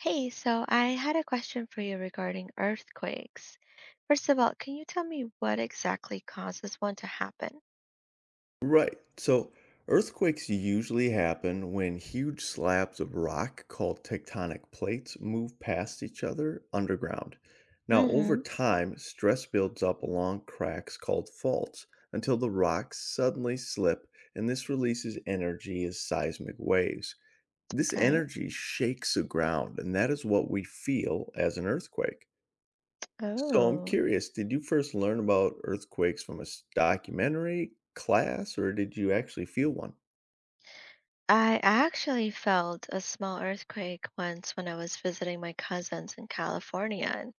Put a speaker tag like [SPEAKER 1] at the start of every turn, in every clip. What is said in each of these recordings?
[SPEAKER 1] Hey, so I had a question for you regarding earthquakes. First of all, can you tell me what exactly causes one to happen?
[SPEAKER 2] Right. So earthquakes usually happen when huge slabs of rock called tectonic plates move past each other underground. Now, over
[SPEAKER 1] Mm-hmm.
[SPEAKER 2] time, stress builds up along cracks called faults until the rocks suddenly slip, and this releases energy as seismic waves. This
[SPEAKER 1] Okay.
[SPEAKER 2] energy shakes the ground, and that is what we feel as an earthquake. So I'm
[SPEAKER 1] Oh,
[SPEAKER 2] curious, did you first learn about earthquakes from a documentary, class, or did you actually feel one?
[SPEAKER 1] I actually felt a small earthquake once when I was visiting my cousins in California, and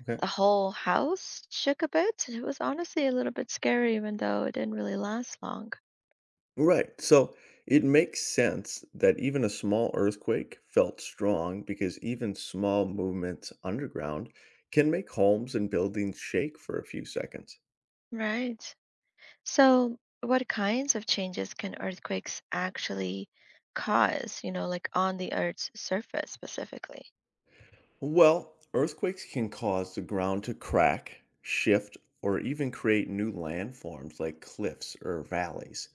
[SPEAKER 2] Okay.
[SPEAKER 1] the whole house shook a bit. It was honestly a little bit scary, even though it didn't really last long.
[SPEAKER 2] Right. So it makes sense that even a small earthquake felt strong because even small movements underground can make homes and buildings shake for a few seconds.
[SPEAKER 1] Right. So, what kinds of changes can earthquakes actually cause, you know, like on the Earth's surface specifically?
[SPEAKER 2] Well, earthquakes can cause the ground to crack, shift, or even create new landforms like cliffs or valleys.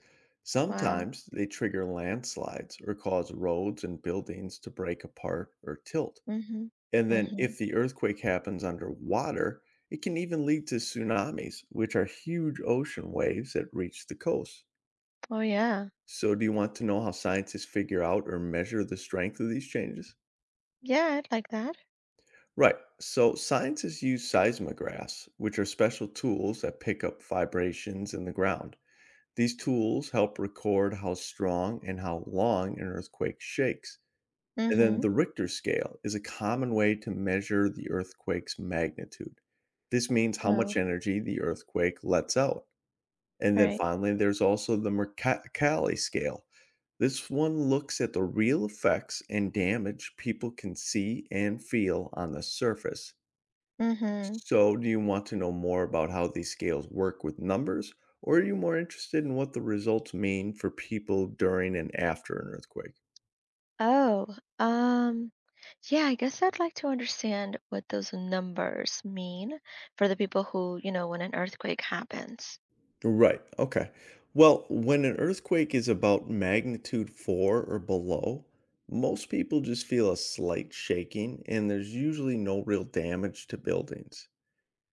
[SPEAKER 1] Wow.
[SPEAKER 2] Sometimes they trigger landslides or cause roads and buildings to break apart or tilt.
[SPEAKER 1] Mm-hmm.
[SPEAKER 2] And then,
[SPEAKER 1] Mm-hmm.
[SPEAKER 2] if the earthquake happens underwater, it can even lead to tsunamis, which are huge ocean waves that reach the coast.
[SPEAKER 1] Oh, yeah.
[SPEAKER 2] So, do you want to know how scientists figure out or measure the strength of these changes?
[SPEAKER 1] Yeah, I'd like that.
[SPEAKER 2] Right. So scientists use seismographs, which are special tools that pick up vibrations in the ground. These tools help record how strong and how long an earthquake shakes. And then
[SPEAKER 1] Mm-hmm.
[SPEAKER 2] the Richter scale is a common way to measure the earthquake's magnitude. This means how
[SPEAKER 1] Oh,
[SPEAKER 2] much energy the earthquake lets out. And then
[SPEAKER 1] right.
[SPEAKER 2] finally, there's also the Mercalli scale. This one looks at the real effects and damage people can see and feel on the surface.
[SPEAKER 1] Mm-hmm.
[SPEAKER 2] So, do you want to know more about how these scales work with numbers, or are you more interested in what the results mean for people during and after an earthquake?
[SPEAKER 1] Oh, um, yeah, I guess I'd like to understand what those numbers mean for the people who, you know, when an earthquake happens.
[SPEAKER 2] Right, okay. Well, when an earthquake is about magnitude 4 or below, most people just feel a slight shaking, and there's usually no real damage to buildings.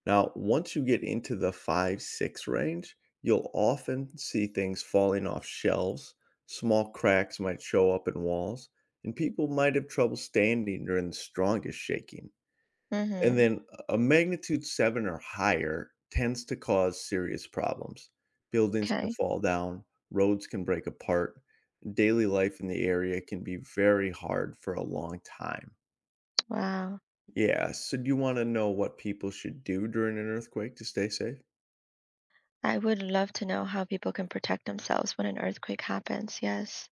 [SPEAKER 2] Now, once you get into the 5, 6 range, you'll often see things falling off shelves, small cracks might show up in walls, and people might have trouble standing during the strongest shaking. And
[SPEAKER 1] Mm-hmm.
[SPEAKER 2] then a magnitude 7 or higher tends to cause serious problems. Buildings can
[SPEAKER 1] Okay.
[SPEAKER 2] fall down, roads can break apart, and daily life in the area can be very hard for a long time.
[SPEAKER 1] Wow.
[SPEAKER 2] Yeah, so do you want to know what people should do during an earthquake to stay safe?
[SPEAKER 1] I would love to know how people can protect themselves when an earthquake happens. Yes.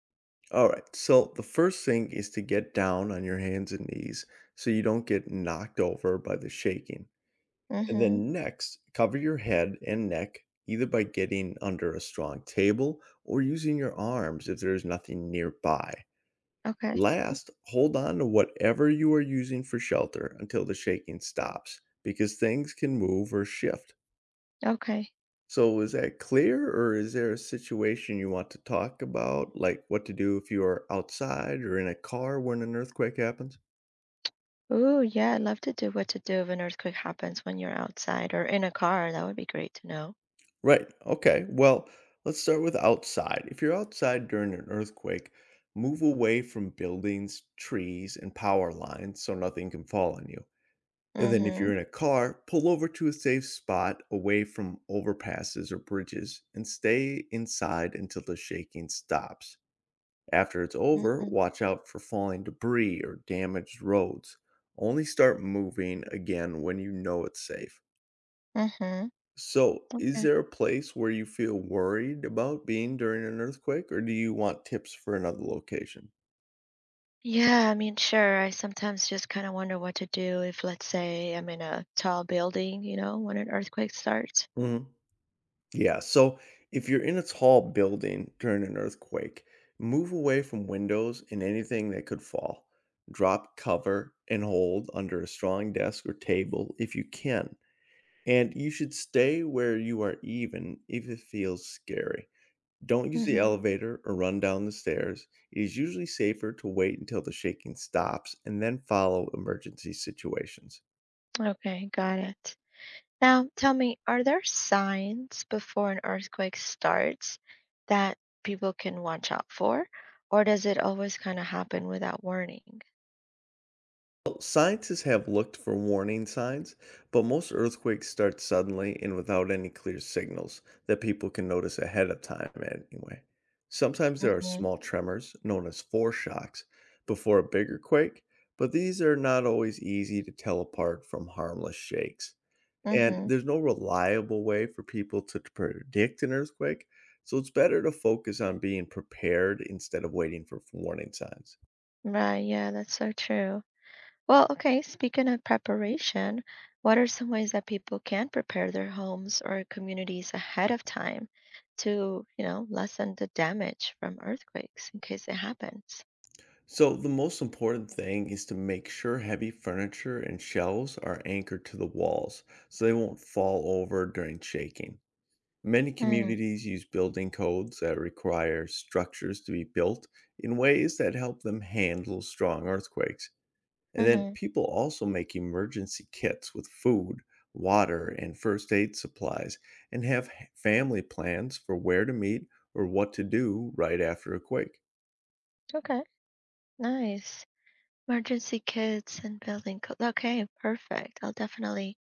[SPEAKER 2] All right. So the first thing is to get down on your hands and knees so you don't get knocked over by the shaking. And
[SPEAKER 1] Mm-hmm.
[SPEAKER 2] then next, cover your head and neck either by getting under a strong table or using your arms if there is nothing nearby.
[SPEAKER 1] Okay.
[SPEAKER 2] Last, hold on to whatever you are using for shelter until the shaking stops because things can move or shift.
[SPEAKER 1] Okay.
[SPEAKER 2] So is that clear, or is there a situation you want to talk about, like what to do if you are outside or in a car when an earthquake happens?
[SPEAKER 1] Ooh, yeah, I'd love to do what to do if an earthquake happens when you're outside or in a car. That would be great to know.
[SPEAKER 2] Right. Okay. Well, let's start with outside. If you're outside during an earthquake, move away from buildings, trees, and power lines so nothing can fall on you. And then if
[SPEAKER 1] Mm-hmm.
[SPEAKER 2] you're in a car, pull over to a safe spot away from overpasses or bridges and stay inside until the shaking stops. After it's over,
[SPEAKER 1] Mm-hmm.
[SPEAKER 2] watch out for falling debris or damaged roads. Only start moving again when you know it's safe.
[SPEAKER 1] Mm-hmm.
[SPEAKER 2] So, is
[SPEAKER 1] Okay.
[SPEAKER 2] there a place where you feel worried about being during an earthquake, or do you want tips for another location?
[SPEAKER 1] Yeah, I mean, sure. I sometimes just kind of wonder what to do if, let's say, I'm in a tall building, you know, when an earthquake starts.
[SPEAKER 2] Hmm. Yeah, so if you're in a tall building during an earthquake, move away from windows and anything that could fall. Drop cover and hold under a strong desk or table if you can. And you should stay where you are even if it feels scary. Don't use the
[SPEAKER 1] Mm-hmm.
[SPEAKER 2] elevator or run down the stairs. It is usually safer to wait until the shaking stops and then follow emergency situations.
[SPEAKER 1] Okay, got it. Now, tell me, are there signs before an earthquake starts that people can watch out for, or does it always kind of happen without warning?
[SPEAKER 2] Well, scientists have looked for warning signs, but most earthquakes start suddenly and without any clear signals that people can notice ahead of time, anyway. Sometimes there are
[SPEAKER 1] Mm-hmm.
[SPEAKER 2] small tremors, known as foreshocks, before a bigger quake, but these are not always easy to tell apart from harmless shakes. And
[SPEAKER 1] Mm-hmm.
[SPEAKER 2] there's no reliable way for people to predict an earthquake, so it's better to focus on being prepared instead of waiting for warning signs.
[SPEAKER 1] Right, yeah, that's so true. Well, okay, speaking of preparation, what are some ways that people can prepare their homes or communities ahead of time to, you know, lessen the damage from earthquakes in case it happens?
[SPEAKER 2] So, the most important thing is to make sure heavy furniture and shelves are anchored to the walls so they won't fall over during shaking. Many
[SPEAKER 1] Mm.
[SPEAKER 2] communities use building codes that require structures to be built in ways that help them handle strong earthquakes. And then
[SPEAKER 1] Mm-hmm.
[SPEAKER 2] people also make emergency kits with food, water, and first aid supplies, and have family plans for where to meet or what to do right after a quake.
[SPEAKER 1] Okay, nice. Emergency kits and building co- Okay, perfect. I'll definitely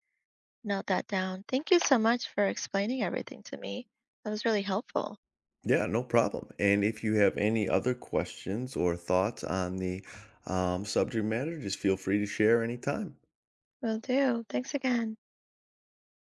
[SPEAKER 1] note that down. Thank you so much for explaining everything to me. That was really helpful.
[SPEAKER 2] Yeah, no problem. And if you have any other questions or thoughts on the subject matter, just feel free to share anytime.
[SPEAKER 1] Will do. Thanks again.